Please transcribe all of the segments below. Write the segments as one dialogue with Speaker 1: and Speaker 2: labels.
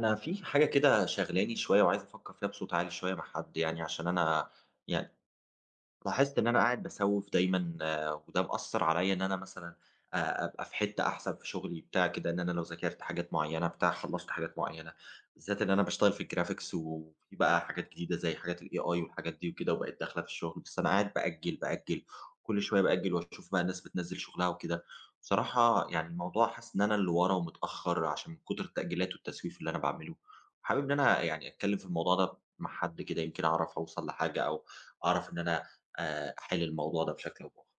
Speaker 1: أنا في حاجة كده شاغلاني شوية وعايز أفكّر فيها بصوت عالي شوية مع حد يعني، عشان أنا يع لاحظت إن أنا قاعد باسوّف دايمًا، وده مأثّر عليّا إن أنا مثلًا أبقى في حتّة أحسن في شغلي بتاع كده، إن أنا لو ذاكرت حاجات معيّنة بتاع، خلّصت حاجات معيّنة، بالذات إن أنا باشتغل في الgraphics وفي بقى حاجات جديدة زي حاجات الAI والحاجات دي وكده وبقت داخلة في الشغل، بس أنا قاعد بأجّل، بأجّل، كل شوية بأجّل وأشوف بقى الناس بتنزّل شغلها وكده. بصراحة يعني الموضوع حاسس إن أنا اللي ورا ومتأخّر عشان من كتر التأجيلات والتسويف اللي أنا باعمله. حابب إن أنا يعني أتكلّم في الموضوع ده مع حد كده يمكن أعرف أوصل لحاجة أو أعرف إن أنا أحِل الموضوع ده بشكل أو بآخر.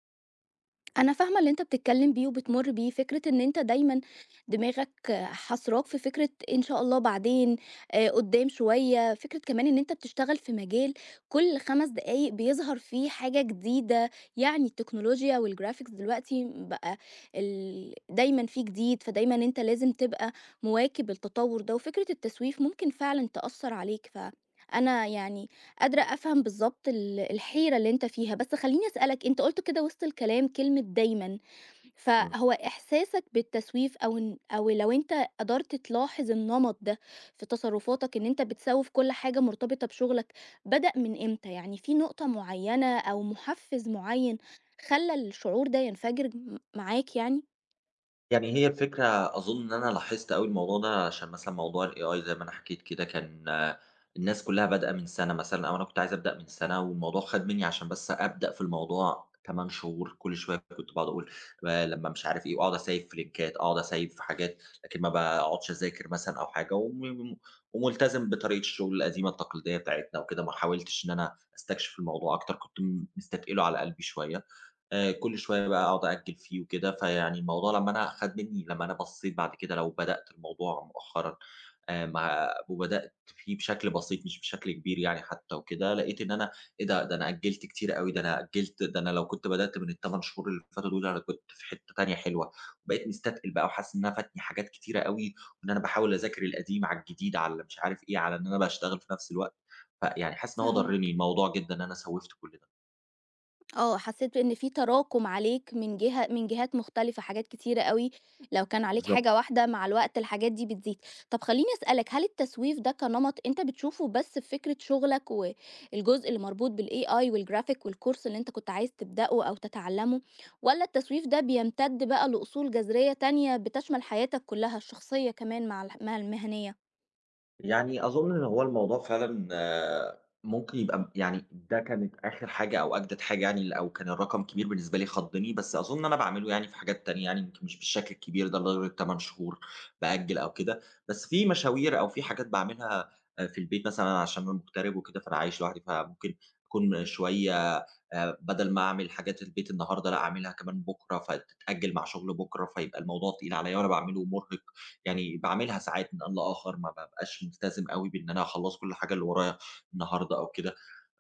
Speaker 2: أنا فاهمة اللي أنت بتتكلم بيه وبتمر بيه، فكرة إن أنت دايمًا دماغك حاصراك في فكرة إن شاء الله بعدين، قدّام شوية، فكرة كمان إن أنت بتشتغل في مجال كل 5 دقايق بيظهر فيه حاجة جديدة، يعني التكنولوجيا والgraphics دلوقتي بقى ال دايمًا فيه جديد، فدايمًا أنت لازم تبقى مواكب التطوّر ده، وفكرة التسويف ممكن فعلًا تأثّر عليك، فأنا يعني قادرة أفهم بالضبط الحيرة اللي أنت فيها، بس خلّيني أسألك، أنت قُلت كده وسط الكلام كلمة دايمًا،
Speaker 1: إمم.
Speaker 2: فهو إحساسك بالتسويف أو إن أو لو أنت قدرت تلاحظ النمط ده في تصرفاتك إن أنت بتسوّف كل حاجة مرتبطة بشغلك، بدأ من إمتى؟ يعني في نقطة معيّنة أو مُحفّز معيّن خلّى الشعور ده ينفجر معاك يعني؟
Speaker 1: يعني هي الفكرة أظُن إن أنا لاحظت أوي الموضوع ده عشان مثلًا موضوع الAI زي ما أنا حكيت كده كان. الناس كُلّها بادئة من سَنة مثلًا أو أنا كنت عايز أبدأ من سَنة، والموضوع خَد منّي عشان بس أبدأ في الموضوع 8 شهور. كل شوية كنت باقعد أقول لمّا مش عارف إيه، وأقعد أسيّف في لينكات، أقعد أسيّف في حاجات، لكن ما باقعدش أذاكر مثلًا أو حاجة، وملتزم بطريقة الشغل القديمة التقليدية بتاعتنا وكده. ما حاولتش إن أنا أستكشف الموضوع أكتر، كنت مستتقله على قلبي شوية. كل شوية بقى أقعد أأجّل فيه وكده. فيعني الموضوع لمّا أنا خَد منّي، لمّا أنا بصّيت بعد كده لو بدأت الموضوع مؤخرًا، مع وبدأت فيه بشكل بسيط مش بشكل كبير يعني حتى وكده، لقيت إن أنا إيه ده! ده أنا أجّلت كتير أوي، ده أنا لو كنت بدأت من ال8 شهور اللي فاتوا دول أنا كنت في حتّة تانية حلوة. بقيت مستتقل بقى وحاسس إن أنا فاتني حاجات كتيرة أوي، وإن أنا باحاول أذاكر القديم على الجديد على مش عارف إيه، على إن أنا باشتغل في نفس الوقت. فيعني حاسس إن هو
Speaker 2: فاهماك.
Speaker 1: ضرّني الموضوع جدًا إن أنا سوّفت كل ده.
Speaker 2: آه، حسيت بإن في تراكم عليك من جهة من جهات مختلفة، حاجات كتيرة أوي، لو كان عليك
Speaker 1: بالضبط.
Speaker 2: حاجة واحدة مع الوقت الحاجات دي بتزيد. طب خلّيني أسألك، هل التسويف ده كنمط أنت بتشوفه بس في فكرة شغلك والجزء اللي مربوط بالAI والgraphic والcourse اللي أنت كنت عايز تبدأه أو تتعلمه، والّا التسويف ده بيمتد بقى لأصول جذرية تانية بتشمل حياتك كلها، الشخصية كمان مع مع المهنية؟
Speaker 1: يعني أظُن إن هو الموضوع فعلًا، ممكن يبقى، يعني ده كانت آخر حاجة أو أجدد حاجة يعني، أو كان الرقم كبير بالنسبة لي خضّني، بس أظُن إن أنا باعمله يعني في حاجات تانية، يعني يمكن مش بالشكل الكبير ده لدرجة 8 شهور بأجّل أو كده، بس في مشاوير أو في حاجات باعملها في البيت مثلًا، عشان أنا مغترب وكده، فأنا عايش لوحدي. فممكن أكون شوية، بدل ما أعمل حاجات البيت النهارده لأ، أعملها كمان بُكرة، فتتأجّل مع شُغل بُكرة، فيبقى الموضوع تقيل عليّا وأنا باعمله ومُرهق. يعني باعملها ساعات من آن لآخر، ما بابقاش ملتزم أوي بإن أنا هاخلّص كل حاجة اللي ورايا النهارده أو كده.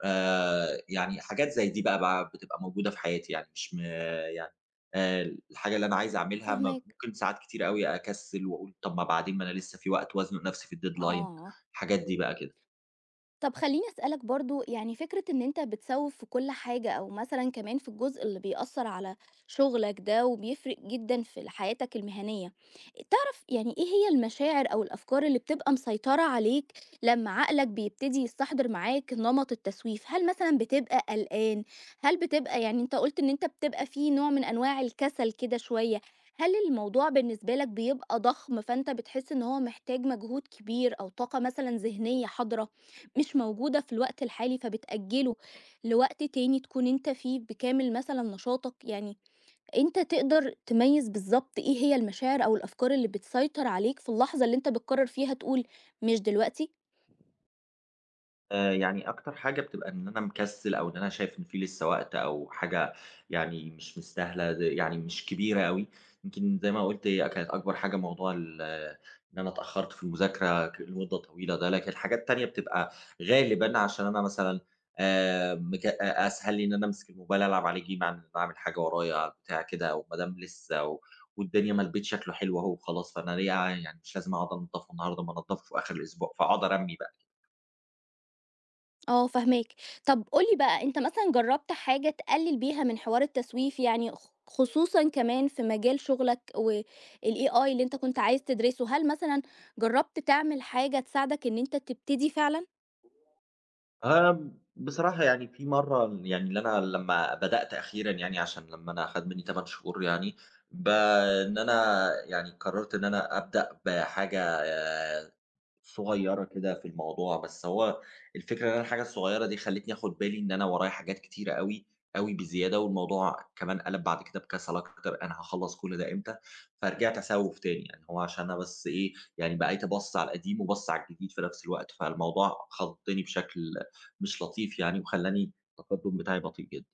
Speaker 1: يعني حاجات زي دي بقى بتبقى موجودة في حياتي، يعني مش يعني آآ الحاجة اللي أنا عايز أعملها
Speaker 2: فاهماك.
Speaker 1: ممكن ساعات كتير أوي أكسّل، وأقول طَب ما بعدين، ما أنا لسه في وقت، وأزنُق نَفْسي في الdeadline.
Speaker 2: آه.
Speaker 1: الحاجات دي بقى كده.
Speaker 2: طب خلّيني أسألك برضه، يعني فكرة إن أنت بتسوّف في كل حاجة أو مثلًا كمان في الجزء اللي بيأثّر على شغلك ده وبيفرق جدًا في حياتك المهنية، تعرف يعني إيه هي المشاعر أو الأفكار اللي بتبقى مسيطرة عليك لمّا عقلك بيبتدي يستحضر معاك نمط التسويف؟ هل مثلًا بتبقى قلقان؟ هل بتبقى يعني أنت قُلت إن أنت بتبقى في نوع من أنواع الكسل كده شوية، هل الموضوع بالنسبة لك بيبقى ضخم فأنت بتحس إن هو محتاج مجهود كبير أو طاقة مثلًا ذهنية حاضرة؟ مش موجودة في الوقت الحالي فبتأجله لوقت تاني تكون انت فيه بكامل مثلا نشاطك يعني، انت تقدر تميز بالظبط ايه هي المشاعر او الافكار اللي بتسيطر عليك في اللحظة اللي انت بتقرر فيها تقول مش دلوقتي؟
Speaker 1: يعني أكتر حاجة بتبقى إن أنا مكسل، أو إن أنا شايف إن في لسه وقت، أو حاجة يعني مش مستاهلة، يعني مش كبيرة أوي. يمكن زي ما قُلت هي كانت أكبر حاجة موضوع إن أنا اتأخرت في المذاكرة لمدة طويلة ده، لكن الحاجات التانية بتبقى غالبًا عشان أنا مثلًا مك أ أسهل لي إن أنا أمسك الموبايل ألعب عليه game عن إن أنا أعمل حاجة ورايا بتاع كده، أو ما دام لسه والدنيا، ما البيت شكله حلو أهو وخلاص، فأنا ليه يعني مش لازم أقعد أنضفه النهارده، ما أنضفه في آخر الأسبوع، فأقعد أرمي بقى.
Speaker 2: اه، فهماك. طب قولي بقى، انت مثلا جربت حاجة تقلل بيها من حوار التسويف؟ يعني خصوصا كمان في مجال شغلك والاي اي اللي انت كنت عايز تدرسه، هل مثلا جربت تعمل حاجة تساعدك ان انت تبتدي فعلا؟
Speaker 1: بصراحة يعني في مرّة، يعني اللي أنا لمّا بدأت أخيرًا، يعني عشان لمّا أنا خَد منّي 8 شهور يعني، ب إن أنا يعني قرّرت إن أنا أبدأ بحاجة صغيرة كده في الموضوع. بس هو الفكرة إن أنا الحاجة الصغيرة دي خلّتني آخُد بالي إن أنا ورايا حاجات كتيرة أوي، أوي بزيادة، والموضوع كمان قَلَب بعد كده بكَسَل أكتر. أنا هاخلّص كل ده إمتى؟ فرجعت أسوِّف تاني. يعني هو عشان أنا بس إيه، يعني بقيت أبَص على القديم وباصِص على الجديد في نفس الوقت، فالموضوع خضّني بشكل مش لطيف يعني، وخلّاني التقدُّم بتاعي بطيء جدًا.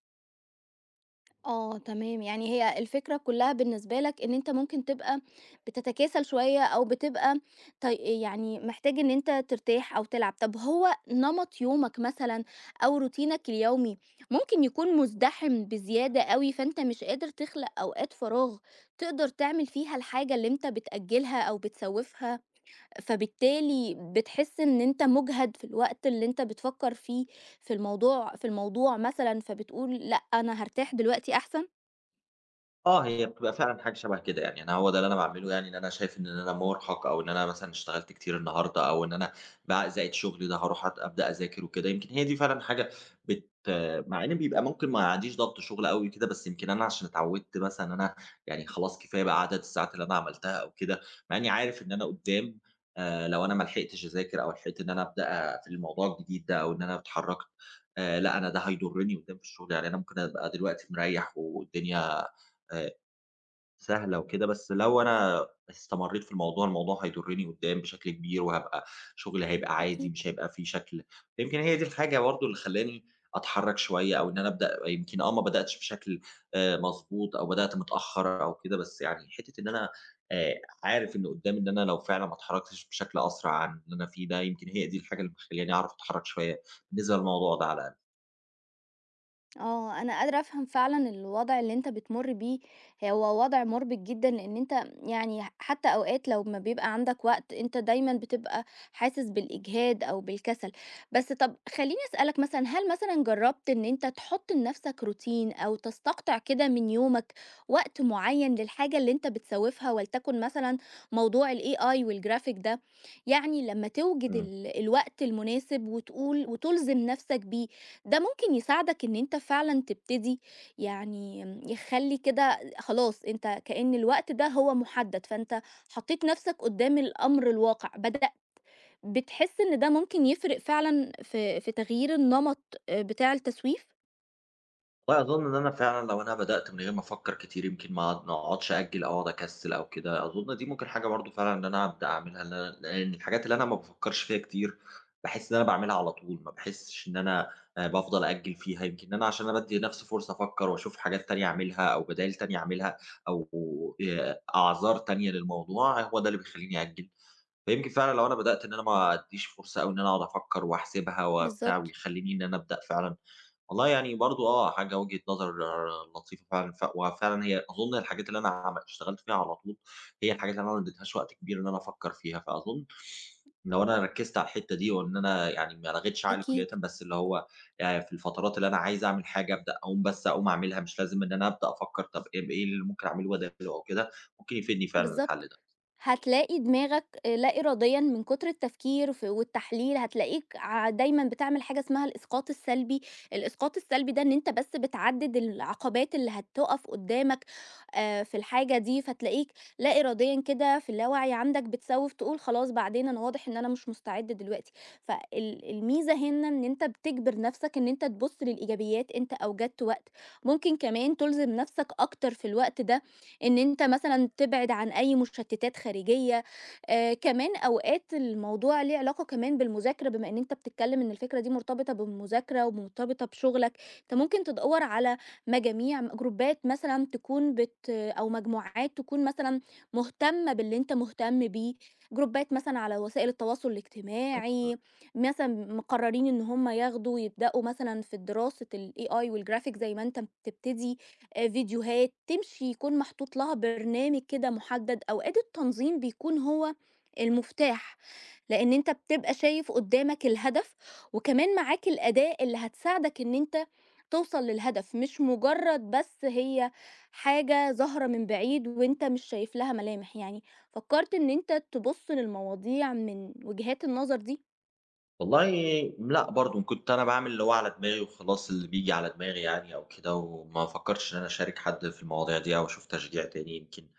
Speaker 2: آه تمام، يعني هي الفكرة كلّها بالنسبة لك إن أنت ممكن تبقى بتتكاسل شوية أو بتبقى يعني محتاج إن أنت ترتاح أو تلعب، طب هو نمط يومك مثلًا أو روتينك اليومي ممكن يكون مُزدحم بزيادة أوي، فأنت مش قادر تخلق أوقات فراغ تقدر تعمل فيها الحاجة اللي أنت بتأجّلها أو بتسوّفها، فبالتالي بتحس إن أنت مُجهَد في الوقت اللي أنت بتفكّر فيه في الموضوع مثلًا، فبتقول لأ أنا هارتاح دلوقتي أحسن؟
Speaker 1: آه، هي بتبقى فعلًا حاجة شبه كده. يعني أنا هو ده اللي أنا باعمله، يعني إن أنا شايف إن أنا مُرهَق، أو إن أنا مثلًا اشتغلت كتير النهارده، أو إن أنا بقى زائد شغلي ده هاروح أبدأ أذاكر وكده. يمكن هي دي فعلًا حاجة بت مع إن بيبقى ممكن ما عنديش ضغط شغل أوي كده، بس يمكن أنا عشان اتعوِّدت مثلًا إن أنا يعني خلاص كفاية بقى عدد الساعات اللي أنا عملتها أو كده، مع إني عارف إن أنا قُدّام، لو أنا ما لحقتش أذاكر، أو لحقت إن أنا أبدأ في الموضوع الجديد ده، أو إن أنا اتحرّكت، لأ، أنا ده هيضرني قُدّام في الشغل. يعني أنا ممكن أبقى دلوقتي مريّح والدنيا آآ سهلة وكده، بس لو أنا استمرّيت في الموضوع، الموضوع هيضرني قدّام بشكل كبير، وهابقى شغلي هيبقى عادي،
Speaker 2: أكيد.
Speaker 1: مش هيبقى فيه شكل. يمكن هي دي الحاجة برضه اللي خلّاني أتحرّك شوية، أو إن أنا أبدأ. يمكن ما بدأتش بشكل مضبوط، أو بدأت متأخّر أو كده، بس يعني حتّة إن أنا آآ عارف إن قدّام، إن أنا لو فعلًا ما اتحرّكتش بشكل أسرع عن اللي أنا فيه ده، يمكن هي دي الحاجة اللي مخلّياني أعرف أتحرّك شوية بالنسبة للموضوع ده على
Speaker 2: اه، أنا قادرة أفهم فعلا الوضع اللي أنت بتمر بيه، هو وضع مربك جدا، لأن أنت يعني حتى أوقات لو ما بيبقى عندك وقت أنت دايما بتبقى حاسس بالإجهاد أو بالكسل. بس طب خليني أسألك، مثلا هل مثلا جربت إن أنت تحط لنفسك روتين أو تستقطع كده من يومك وقت معين للحاجة اللي أنت بتسوفها، ولتكن مثلا موضوع ال AI والجرافيك ده؟ يعني لما توجد
Speaker 1: الأقل.
Speaker 2: الوقت المناسب وتقول وتلزم نفسك بيه، ده ممكن يساعدك إن أنت فعلًا تبتدي، يعني يخلّي كده خلاص أنت كأن الوقت ده هو محدد، فأنت حطيت نفسك قدّام الأمر الواقع، بتحس إن ده ممكن يفرق فعلًا في في تغيير النمط بتاع التسويف؟
Speaker 1: والله أظن إن أنا فعلًا لو أنا بدأت من غير ما أفكّر كتير، يمكن ما أقعدش أأجّل، أو أقعد أكسّل أو كده. أظن دي ممكن حاجة برضه فعلًا إن أنا أبدأ أعملها، إن أنا لإن الحاجات اللي أنا ما بافكّرش فيها كتير، باحس إن أنا باعملها على طول، ما باحسّش إن أنا بافضل أأجّل فيها. يمكن ان أنا عشان أنا بادّي لنَفْسي فرصة أفكّر وأشوف حاجات تانية أعملها، أو بدايل تانية أعملها، أو أعذار تانية للموضوع، هو ده اللي بيخلّيني أأجّل. فيمكن فعلًا لو أنا بدأت إن أنا ما أدّيش فرصة أوي إن أنا أقعد أفكّر وأحسبها وبتاع،
Speaker 2: بالضبط.
Speaker 1: ويخلّيني إن أنا أبدأ فعلًا. والله يعني برضه حاجة وجهة نظر لطيفة فعلًا. وفعلًا هي أظن الحاجات اللي أنا اشتغلت فيها على طول، هي الحاجات اللي أنا ما اديتهاش وقت كبير إن أنا أفكّر فيها. فأظن لو أنا ركّزت على الحتّة دي، وإن أنا يعني ما لغيتش عقلي
Speaker 2: أكيد.
Speaker 1: كُلّيًا، بس اللي هو في الفترات اللي أنا عايز أعمل حاجة أبدأ، أقوم بس أقوم أعملها، مش لازم إن أنا أبدأ أفكّر طَب إيه، إيه اللي ممكن أعمله بداله أو كده. ممكن يفيدني فعلًا
Speaker 2: بالضبط.
Speaker 1: الحل
Speaker 2: هتلاقي دماغك لا إراديًا من كتر التفكير والتحليل، هتلاقيك دايمًا بتعمل حاجة اسمها الإسقاط السلبي، الإسقاط السلبي ده إن أنت بس بتعدّد العقبات اللي هتُقف قدّامك في الحاجة دي، فتلاقيك لا إراديًا كده في اللاوعي عندك بتسوّف تقول خلاص بعدين أنا واضح إن أنا مش مستعد دلوقتي، فال الميزة هنا إن أنت بتجبر نفسك إن أنت تبُص للإيجابيات، أنت أوجدت وقت، ممكن كمان تُلزم نفسك أكتر في الوقت ده إن أنت مثلًا تبعد عن أي مشتتات خارجية، كمان أوقات الموضوع ليه علاقة كمان بالمذاكرة بما إن أنت بتتكلم إن الفكرة دي مرتبطة بالمذاكرة ومرتبطة بشغلك، أنت ممكن تدوّر على مجاميع جروبات مثلًا تكون بت أو مجموعات تكون مثلًا مهتمة باللي أنت مهتم بيه، جروبات مثلًا على وسائل التواصل
Speaker 1: ده.
Speaker 2: الاجتماعي، مثلًا مقررين إن هم ياخدوا يبدأوا مثلًا في دراسة الAI والGraphic زي ما أنت بتبتدي، فيديوهات، تمشي يكون محطوط لها برنامج كده محدد، أوقات التنظيم بيكون هو المفتاح، لإن أنت بتبقى شايف قدّامك الهدف، وكمان معاك الأداة اللي هتساعدك إن أنت توصل للهدف، مش مجرد بس هي حاجة ظاهرة من بعيد وأنت مش شايف لها ملامح يعني، فكرت إن أنت تبُص للمواضيع من وجهات النظر دي؟
Speaker 1: والله لأ برضه، كنت أنا باعمل اللي هو على دماغي وخلاص، اللي بييجي على دماغي يعني أو كده، وما فكّرتش إن أنا أشارك حد في المواضيع دي أو أشوف تشجيع تاني. يمكن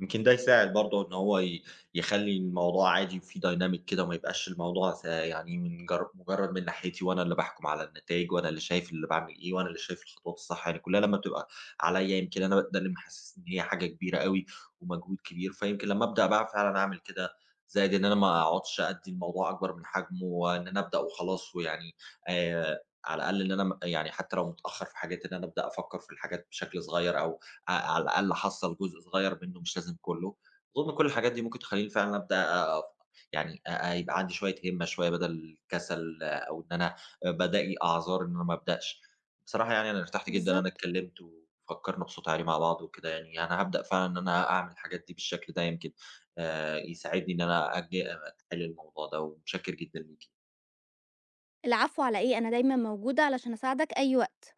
Speaker 1: ده يساعد برضه، إن هو يخلّي الموضوع عادي وفي dynamic كده، وما يبقاش الموضوع يعني من مجرّد من ناحيتي، وأنا اللي باحكم على النتايج، وأنا اللي شايف اللي باعمل إيه، وأنا اللي شايف الخطوات الصح. يعني كُلّها لمّا بتبقى عليّا يمكن أنا ده اللي محسّسني إن هي حاجة كبيرة أوي ومجهود كبير. فيمكن لمّا أبدأ بقى فعلًا أعمل كده، زائد إن أنا ما أقعدش أدّي الموضوع أكبر من حجمه، وإن أنا أبدأ وخلاص ويعني على الأقل، إن أنا يعني حتّى لو متأخّر في حاجات، إن أنا أبدأ أفكّر في الحاجات بشكل صغيّر، أو على الأقل أحصّل جزء صغير منّه، مش لازم كلّه. أظن كل الحاجات دي ممكن تخلّيني فعلًا أبدأ يعني يبقى عندي شوية هِمّة شوية بدل الكسل، أو إن أنا بالاقي أعذار إن أنا ما أبدأش. بصراحة يعني أنا ارتحت جدًا إن أنا
Speaker 2: بالضبط.
Speaker 1: اتكلّمت وفكّرنا بصوت عالي مع بعض وكده يعني. أنا هابدأ فعلًا إن أنا أعمل الحاجات دي بالشكل ده، يمكن يساعدني إن أنا أتحِل الموضوع ده. ومتشكّر جدًا ليكِ.
Speaker 2: العفو على إيه، أنا دايمًا موجودة علشان أساعدك أي وقت.